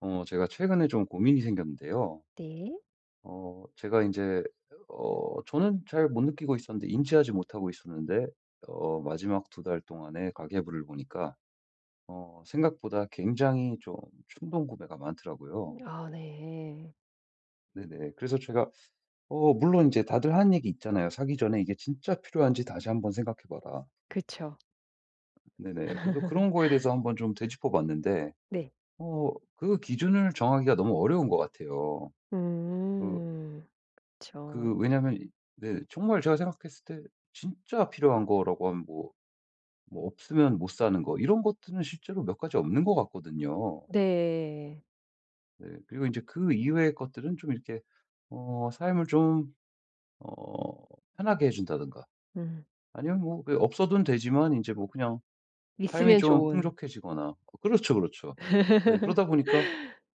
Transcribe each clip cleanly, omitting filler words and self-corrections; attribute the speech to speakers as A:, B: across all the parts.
A: 제가 최근에 좀 고민이 생겼는데요.
B: 네.
A: 제가 이제 저는 잘 못 느끼고 있었는데 인지하지 못하고 있었는데, 마지막 2달 동안에 가계부를 보니까 생각보다 굉장히 좀 충동 구매가 많더라고요.
B: 아 네.
A: 네네. 그래서 제가 물론 이제 다들 하는 얘기 있잖아요. "사기 전에 이게 진짜 필요한지 다시 한번 생각해 봐라."
B: 그쵸.
A: 네네. 그래서 그런 거에 대해서 한번 좀 되짚어 봤는데
B: 네.
A: 그 기준을 정하기가 너무 어려운 것 같아요. 그
B: 음. 그쵸.
A: 왜냐면 이, 네, 정말 제가 생각했을 때 진짜 필요한 거라고 하면, 뭐 없으면 못 사는 거 이런 것들은 실제로 몇 가지 없는 것 같거든요.
B: 네.
A: 네. 그리고 이제 그 이외의 것들은 좀 이렇게 삶을 좀 어 편하게 해 준다든가,
B: 음.
A: 아니면 뭐그 없어도 되지만 이제 뭐 그냥 삶이
B: 있으면
A: 좀
B: 좋은.
A: 풍족해지거나, 그렇죠, 그렇죠. 네. 그러다 보니까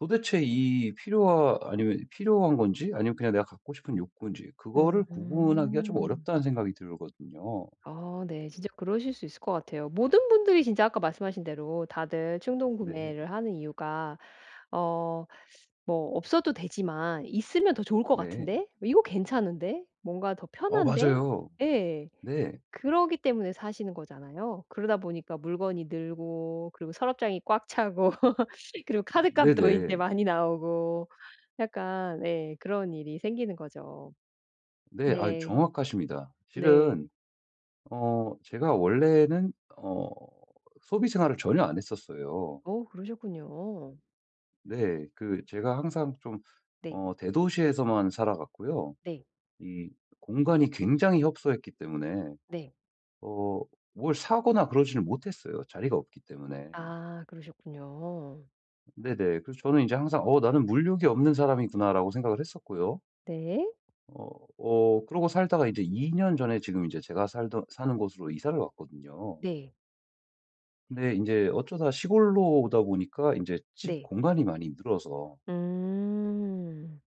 A: 도대체 이 필요와 아니면 필요한 건지 아니면 그냥 내가 갖고 싶은 욕구인지 그거를 구분하기가 좀
B: 음.
A: 어렵다는 생각이 들거든요.
B: 아 네. 진짜 그러실 수 있을 것 같아요. 모든 분들이 진짜 아까 말씀하신 대로 다들 충동
A: 네.
B: 구매를 하는 이유가 어 뭐 '없어도 되지만 있으면 더 좋을 것
A: 네.
B: 같은데? 이거 괜찮은데? 뭔가 더 편한데?'
A: 맞아요.
B: 예.
A: 네.
B: 그러기 때문에 사시는 거잖아요. 그러다 보니까 물건이 늘고, 그리고 서랍장이 꽉 차고, 그리고 카드값도 이제
A: 네네.
B: 많이 나오고 약간 네 그런 일이 생기는 거죠.
A: 네. 아
B: 네.
A: 정확하십니다.
B: 네.
A: 실은 제가 원래는 소비 생활을 전혀 안 했었어요.
B: 어 그러셨군요.
A: 네. 그 제가 항상 좀
B: 네.
A: 대도시에서만 살아갔고요.
B: 네.
A: 이 공간이 굉장히 협소했기 때문에
B: 네.
A: 어 뭘 사거나 그러지를 못했어요, 자리가 없기 때문에.
B: 아 그러셨군요.
A: 네네. 그래서 저는 이제 항상 나는 물욕이 없는 사람이구나.'라고 생각을 했었고요.
B: 네.
A: 그러고 살다가 이제 2 년 전에 지금 이제 제가 살던 사는 곳으로 이사를 왔거든요.
B: 네.
A: 근데 이제 어쩌다 시골로 오다 보니까 이제 집
B: 네.
A: 공간이 많이 늘어서
B: 음.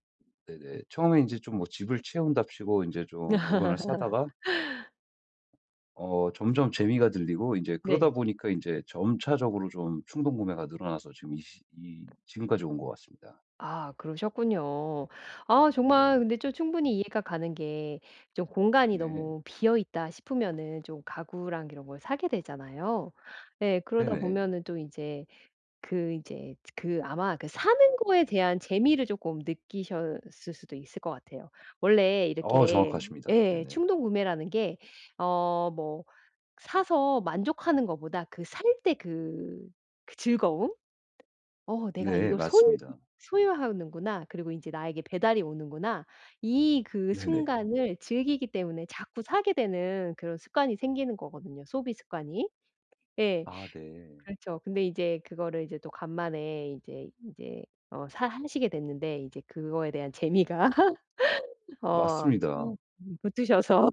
A: 네네, 처음에 이제 좀 뭐 집을 채운답시고 이제 좀 물건을 사다가 점점 재미가 들리고, 이제 그러다
B: 네.
A: 보니까 이제 점차적으로 좀 충동 구매가 늘어나서 지금 이 시 이 지금까지 온 것 같습니다.
B: 아 그러셨군요. 아
A: 네.
B: 정말 근데 좀 충분히 이해가 가는 게 좀 공간이
A: 네.
B: 너무 비어 있다 싶으면은 좀 가구랑 이런 걸 사게 되잖아요. 네 그러다
A: 네네.
B: 보면은 또 이제 그 이제 그 아마 그 사는 거에 대한 재미를 조금 느끼셨을 수도 있을 것 같아요. 원래 이렇게
A: 정확하십니다.
B: 예
A: 네네.
B: 충동 구매라는 게 뭐 사서 만족하는 것보다 그 살 때그 그 즐거움? 어 '내가
A: 네,
B: 이걸 소유
A: 맞습니다.
B: 소유하는구나. 그리고 인제 나에게 배달이 오는구나.' 이 그
A: 네네.
B: 순간을 즐기기 때문에 자꾸 사게 되는 그런 습관이 생기는 거거든요, 소비 습관이. 예.
A: 아 네.
B: 그렇죠. 근데 이제 그거를 이제 또 간만에 이제 인제 사 하시게 됐는데 이제 그거에 대한 재미가 어
A: 맞습니다.
B: 음 붙으셔서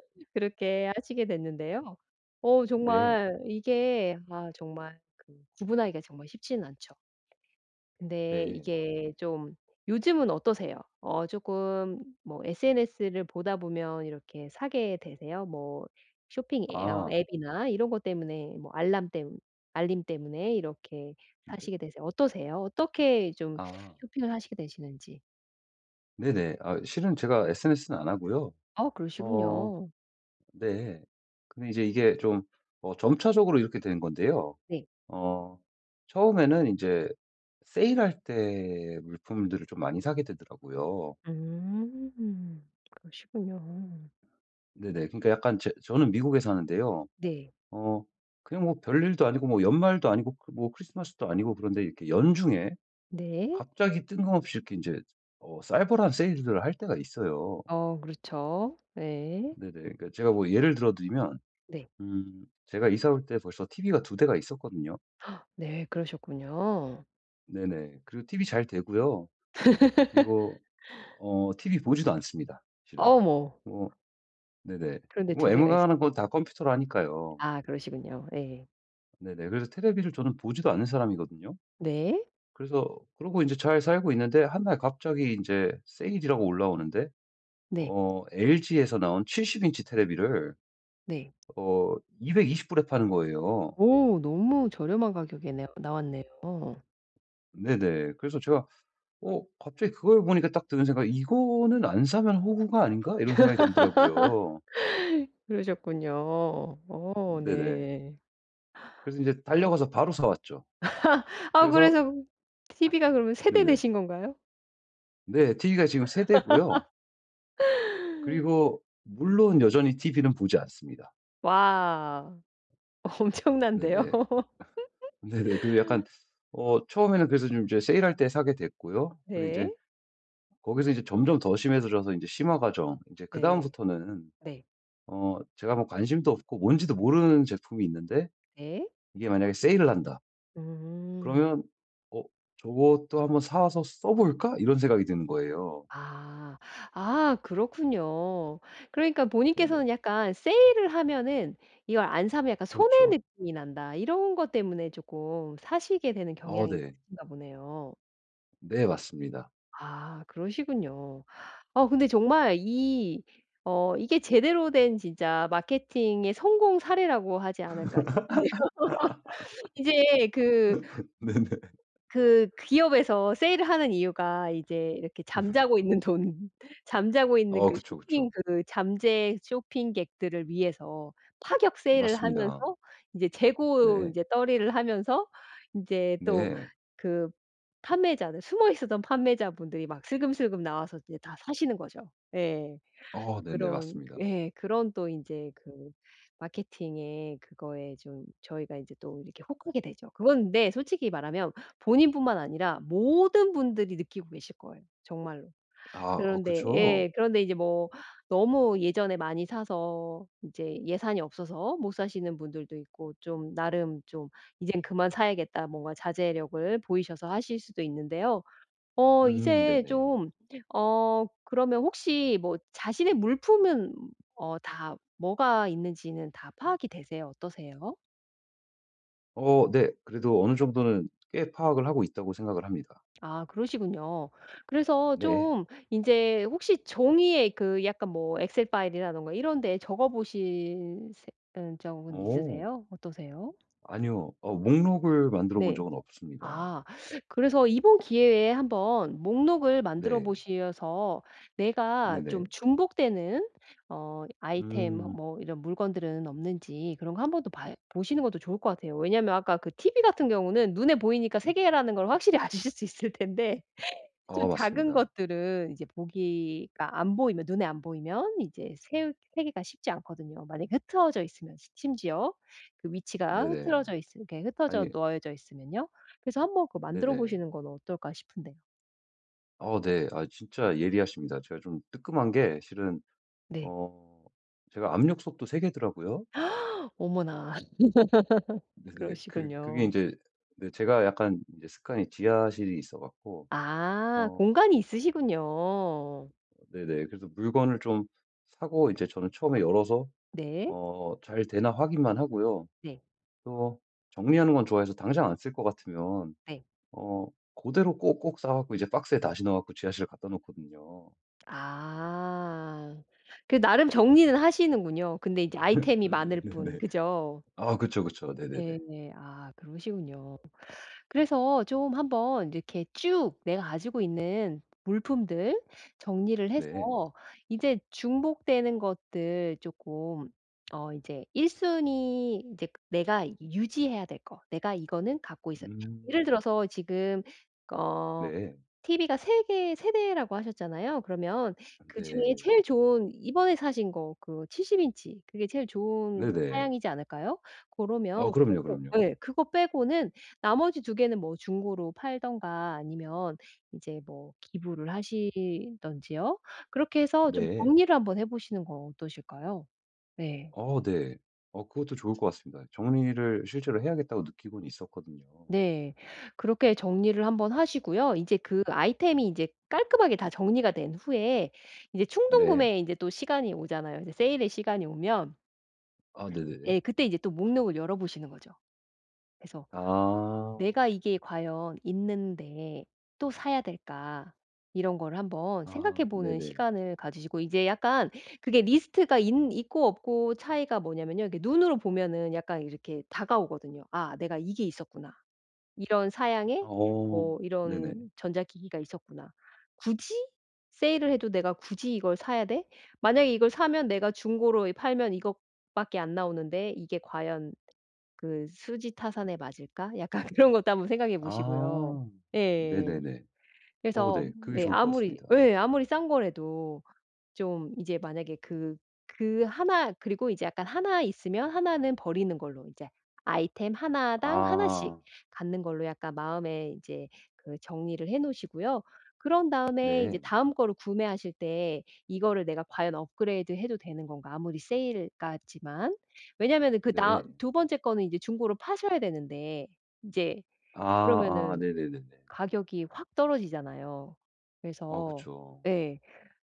B: 그렇게 하시게 됐는데요. 어
A: 네.
B: 정말 이게 아 정말 그 구분하기가 정말 쉽지는 않죠. 근데
A: 네.
B: 이게 좀 요즘은 어떠세요? 어 조금 뭐 SNS를 보다 보면 이렇게 사게 되세요? 뭐 쇼핑 앱
A: 아
B: 앱이나 이런 것 때문에 뭐 알람 때문 알림 때문에 이렇게
A: 네.
B: 사시게 되세요? 어떠세요? 어떻게 좀
A: 아
B: 쇼핑을 하시게 되시는지?
A: 네네. 아 실은 제가 SNS는 안 하고요.
B: 아
A: 어
B: 그러시군요.
A: 네. 근데 이제 이게 좀 점차적으로 이렇게 된 건데요.
B: 네.
A: 어 처음에는 이제 세일할 때 물품들을 좀 많이 사게 되더라고요.
B: 음. 그러시군요.
A: 네네. 그러니까 약간 제 저는 미국에 사는데요.
B: 네.
A: 어 그냥 뭐 별일도 아니고, 뭐 연말도 아니고, 크 뭐 크리스마스도 아니고, 그런데 이렇게 연중에
B: 네.
A: 갑자기 뜬금없이 이렇게 이제 살벌한 세일들을 할 때가 있어요.
B: 어 그렇죠. 네.
A: 네네. 그러니까 제가 뭐 예를 들어 드리면,
B: 네.
A: 제가 이사 올 때 벌써 TV가 2대가 있었거든요.
B: 네 그러셨군요.
A: 네네. 그리고 TV 잘 되고요. 그리고 TV 보지도 않습니다, 실은.
B: 어머.
A: 뭐 네네.
B: 그런데
A: 뭐
B: 두
A: 웬
B: 대가
A: 만는건 다 컴퓨터로 하니까요.
B: 아 그러시군요. 예.
A: 네네. 그래서 테레비를 저는 보지도 않는 사람이거든요.
B: 네.
A: 그래서 그러고 이제 잘 살고 있는데 한날 갑자기 이제 세일이라고 올라오는데,
B: 네.
A: LG에서 나온 70 인치 테레비를
B: 네.
A: 220 불에 파는 거예요.
B: 오 너무 저렴한 가격에 네 나왔네요.
A: 네네. 그래서 제가 갑자기 그걸 보니까 딱 드는 생각, '이 거는 안 사면 호구가 아닌가?' 이런 생각이 들더라고요.
B: 그러셨군요. 어
A: 네네.
B: 네.
A: 그래서 이제 달려가서 바로 사 왔죠.
B: 아
A: 그래서
B: 그래서 TV가 그러면
A: 네네.
B: 세대되신 건가요?
A: 네, TV가 지금 3 대고요. 그리고 물론 여전히 TV는 보지 않습니다.
B: 와.
A: 네네.
B: 엄청난데요.
A: 네네. 그래서 약간 처음에는 그래서 좀 이제 세일할 때 사게 됐고요. 근데 이제
B: 네.
A: 거기서 이제 점점 더 심해져서 이제 심화 과정, 이제
B: 네.
A: 그다음부터는
B: 네.
A: 제가 뭐 관심도 없고 뭔지도 모르는 제품이 있는데
B: 네.
A: 이게 만약에 세일을 한다.
B: 음.
A: 그러면 '어 저것도 한번 사 와서 써 볼까?' 이런 생각이 드는 거예요.
B: 아. 아 그렇군요. 그러니까
A: 네네.
B: 본인께서는 약간 세일을 하면은 이걸 안 사면 약간 '손해
A: 그렇죠.
B: 느낌이 난다.' 이런 것 때문에 조금 사시게 되는 경향이
A: 네.
B: 있으신가 보네요.
A: 네, 맞습니다.
B: 아 그러시군요. 어 근데 정말 이 이게 제대로 된 진짜 마케팅의 성공 사례라고 하지 않을까 싶은데 이제 그
A: 네네.
B: 그 기업에서 세일을 하는 이유가 이제 이렇게 잠자고 있는 돈 잠자고 있는 그
A: 그쵸, 그쵸.
B: 쇼핑 그 잠재 쇼핑객들을 위해서 파격 세일을 하면서
A: 맞습니다.
B: 이제 재고
A: 네.
B: 인제 떨이를 하면서 인제 또
A: 네.
B: 그 판매자들 숨어 있었던 판매자분들이 막 슬금슬금 나와서 이제 다 사시는 거죠. 예.
A: 네네,
B: 그런
A: 맞습니다.
B: 그 예. 그런 또 이제 그 마케팅의 그거에 좀 저희가 이제 또 이렇게 혹하게 되죠. 그건 네데 솔직히 말하면 본인뿐만 아니라 모든 분들이 느끼고 계실 거예요 정말로.
A: 아
B: 그런데
A: 그쵸.
B: 예. 그런데 이제 뭐 너무 예전에 많이 사서 이제 예산이 없어서 못 사시는 분들도 있고, 좀 나름 좀 '이젠 그만 사야겠다.' 뭔가 자제력을 보이셔서 하실 수도 있는데요. 어 이제
A: 네네.
B: 좀 어 그러면 혹시 뭐 자신의 물품은 어 다 뭐가 있는지는 다 파악이 되세요? 어떠세요?
A: 네. 그래도 어느 정도는 꽤 파악을 하고 있다고 생각을 합니다.
B: 아 그러시군요. 그래서
A: 네.
B: 좀 이제 혹시 종이에 그 약간 뭐 엑셀 파일이라던가 이런 데 적어 보신 적은
A: 어
B: 있으세요? 어떠세요?
A: 아니요, 목록을 만들어 본
B: 네.
A: 적은 없습니다.
B: 아. 그래서 이번 기회에 한번 목록을 만들어
A: 네.
B: 보셔서 내가 좀
A: 네네.
B: 중복되는 아이템 뭐
A: 음.
B: 뭐 이런 물건들은 없는지 그런 거 한번 더 보시는 것도 좋을 것 같아요. 왜냐하면 아까 그 TV 같은 경우는 눈에 보이니까 세 개라는 걸 확실히 아실 수 있을 텐데 좀 작은
A: 맞습니다.
B: 것들은 이제 보기가 안 보이면 눈에 안 보이면 이제 세우 세기가 쉽지 않거든요. 만약에 흩어져 있으면 시 심지어 그 위치가
A: 네네.
B: 흐트러져 있으 이렇게 흩어져
A: 아니
B: 놓여져 있으면요. 그래서 한번 그거 만들어
A: 네네.
B: 보시는 건 어떨까 싶은데요.
A: 네. 아 진짜 예리하십니다. 제가 좀 뜨끔한 게 실은
B: 네.
A: 어 제가 압력솥도 3 개더라고요.
B: 어머나
A: 네네. 그게 이
B: 그러시군요.
A: 제 네, 제가 약간 이제 습관이, 지하실이 있어 갖고
B: 아
A: 어
B: 공간이 있으시군요.
A: 네네. 그래서 물건을 좀 사고, 이제 저는 처음에 열어서
B: 네.
A: 잘 되나 확인만 하고요.
B: 네.
A: 또 정리하는 건 좋아해서 당장 안 쓸 것 같으면
B: 네.
A: 어 그대로 꼭꼭 싸 갖고 이제 박스에 다시 넣어 갖고 지하실에 갖다 놓거든요.
B: 아. 그 나름 정리는 하시는군요. 근데 이제 아이템이 많을 뿐.
A: 네네네.
B: 그죠?
A: 아 그쵸, 그쵸. 네네네.
B: 예. 아 그러시군요. 그래서 좀 한번 이렇게 쭉 내가 가지고 있는 물품들 정리를
A: 네.
B: 해서 이제 중복되는 것들 조금 이제 1순위 순위 이제 내가 유지해야 될 거. 내가 이거는 갖고 있어 예를
A: 음.
B: 들어서 지금 어
A: 네.
B: TV가 3개세 대라고 하셨잖아요. 그러면 그중에
A: 네.
B: 제일 좋은 이번에 사신 거 그 70인치 인치 그게 제일 좋은
A: 네네.
B: 사양이지 않을까요? 그러면
A: 그럼요,
B: 그거
A: 그럼요.
B: 예 그거 빼고는 나머지 두 개는 뭐 중고로 팔든가 아니면 이제 뭐 기부를 하시든지요. 그렇게 해서 좀
A: 네.
B: 정리를 한번 해 보시는 건 어떠실까요? 네.
A: 네. 그것도 좋을 것 같습니다. 정리를 실제로 해야겠다고 느끼고는 있었거든요.
B: 네. 그렇게 정리를 한번 하시고요. 이제 그 아이템이 이제 깔끔하게 다 정리가 된 후에 이제 충동
A: 네.
B: 구매에 제또 시간이 오잖아요. 이제 세일의 시간이 오면
A: 아 네네네.
B: 예 그때 이제 또 목록을 열어 보시는 거죠. 그래서
A: 아.
B: '내가 이게 과연 있는데 또 사야 될까?' 이런 거를 한번
A: 아
B: 생각해 보는
A: 네네.
B: 시간을 가지시고 이제 약간 그게 리스트가 인 있고 없고 차이가 뭐냐면요. 이렇게 눈으로 보면은 약간 이렇게 다가오거든요. '아 내가 이게 있었구나.' '이런 사양의
A: 어
B: 뭐
A: 네네.
B: 이런 전자기기가 있었구나. 굳이 세일을 해도 내가 굳이 이걸 사야 돼? 만약에 이걸 사면 내가 중고로 팔면 이것밖에 안 나오는데 이게 과연 그 수지타산에 맞을까?' 약간 그런 것도 한번 생각해 보시고요.
A: 아.
B: 예.
A: 네네네.
B: 그래서
A: 네. 그게
B: 네
A: 좋을 것
B: 아무리
A: 같습니다.
B: 예 아무리 싼 거라도 좀 이제 만약에 그그나 그리고 이제 약간 하나 있으면 하나는 버리는 걸로 이제 아이템 하나당 하나씩
A: 아.
B: 갖는 걸로 약간 마음에 이제 그 정리를 해 놓으시고요. 그런 다음에 이제
A: 네.
B: 다음 거를 구매하실 때 이거를 내가 과연 업그레이드 해도 되는 건가 아무리 세일 같지만. 왜냐면은 그 나
A: 네.
B: 두 번째 거는 이제 중고로 파셔야 되는데 이제
A: 아아
B: 그러면은
A: 네네네네.
B: 가격이 확 떨어지잖아요. 그래서
A: 그쵸.
B: 예.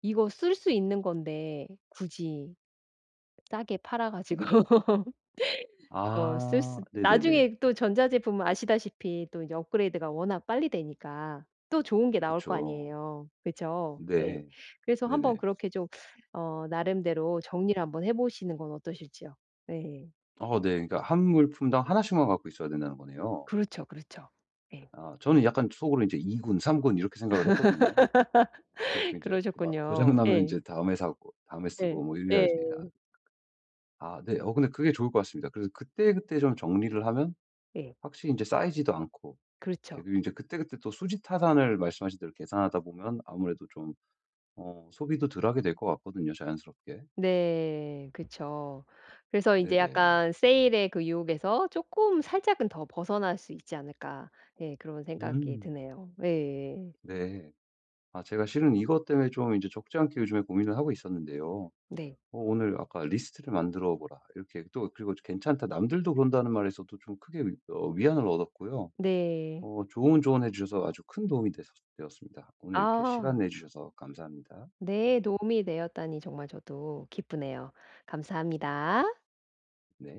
B: 이거 쓸 수 있는 건데 굳이 싸게 팔아 가지고 어 쓸
A: 아
B: 수
A: 네네네.
B: 나중에 또 전자제품은 아시다시피 또 이제 업그레이드가 워낙 빨리 되니까 또 좋은 게 나올 거
A: 그쵸.
B: 아니에요. 그죠? 네.
A: 네.
B: 그래서 한번
A: 네네.
B: 그렇게 좀 나름대로 정리를 한번 해 보시는 건 어떠실지요? 네.
A: 네. 그러니까 한 물품당 하나 씩만 갖고 있어야 된다는 거네요.
B: 그렇죠, 그렇죠. 네.
A: 아 저는 약간 속으로 이제 2 군, 3군 이렇게 생각을 했거든요. 그래 갖고 이제 막 고장
B: 그러셨군요.
A: 나면 이제
B: 네.
A: 다음에 사고 다음에
B: 네.
A: 쓰고 뭐
B: 네.
A: 이래야지. 아 아 네. 근데 그게 좋을 것 같습니다. 그래서 그때그때 좀 정리를 하면
B: 네.
A: 확실히 이제 쌓이지도 않고, 예
B: 그렇죠.
A: 그리고 이제 그때그때 또 수지 타산을 말씀하신 대로 계산하다 보면 아무래도 좀 소비도 덜 하게 될 것 같거든요, 자연스럽게.
B: 네. 그쵸. 그래서 이제
A: 네네.
B: 약간 세일의 그 유혹에서 쪼끔 살짝은 더 벗어날 수 있지 않을까 예 그런 생각이
A: 음.
B: 드네요. 예예.
A: 네. 아 제가 실은 이것 때문에 좀 이제 적지 않게 요즘에 고민을 하고 있었는데요.
B: 네.
A: 오늘 아까 "리스트를 만들어 보라." 이렇게, 또 그리고 괜찮다 남들도 그런다는 말에서도 좀 크게 위 어 위안을 얻었고요.
B: 네.
A: 좋은 조언해 주셔서 아주 큰 도움이 됐 되었습니다. 오늘 이렇게 시간
B: 아
A: 내 주셔서 감사합니다.
B: 네 도움이 되었다니 정말 저도 기쁘네요. 감사합니다.
A: 네.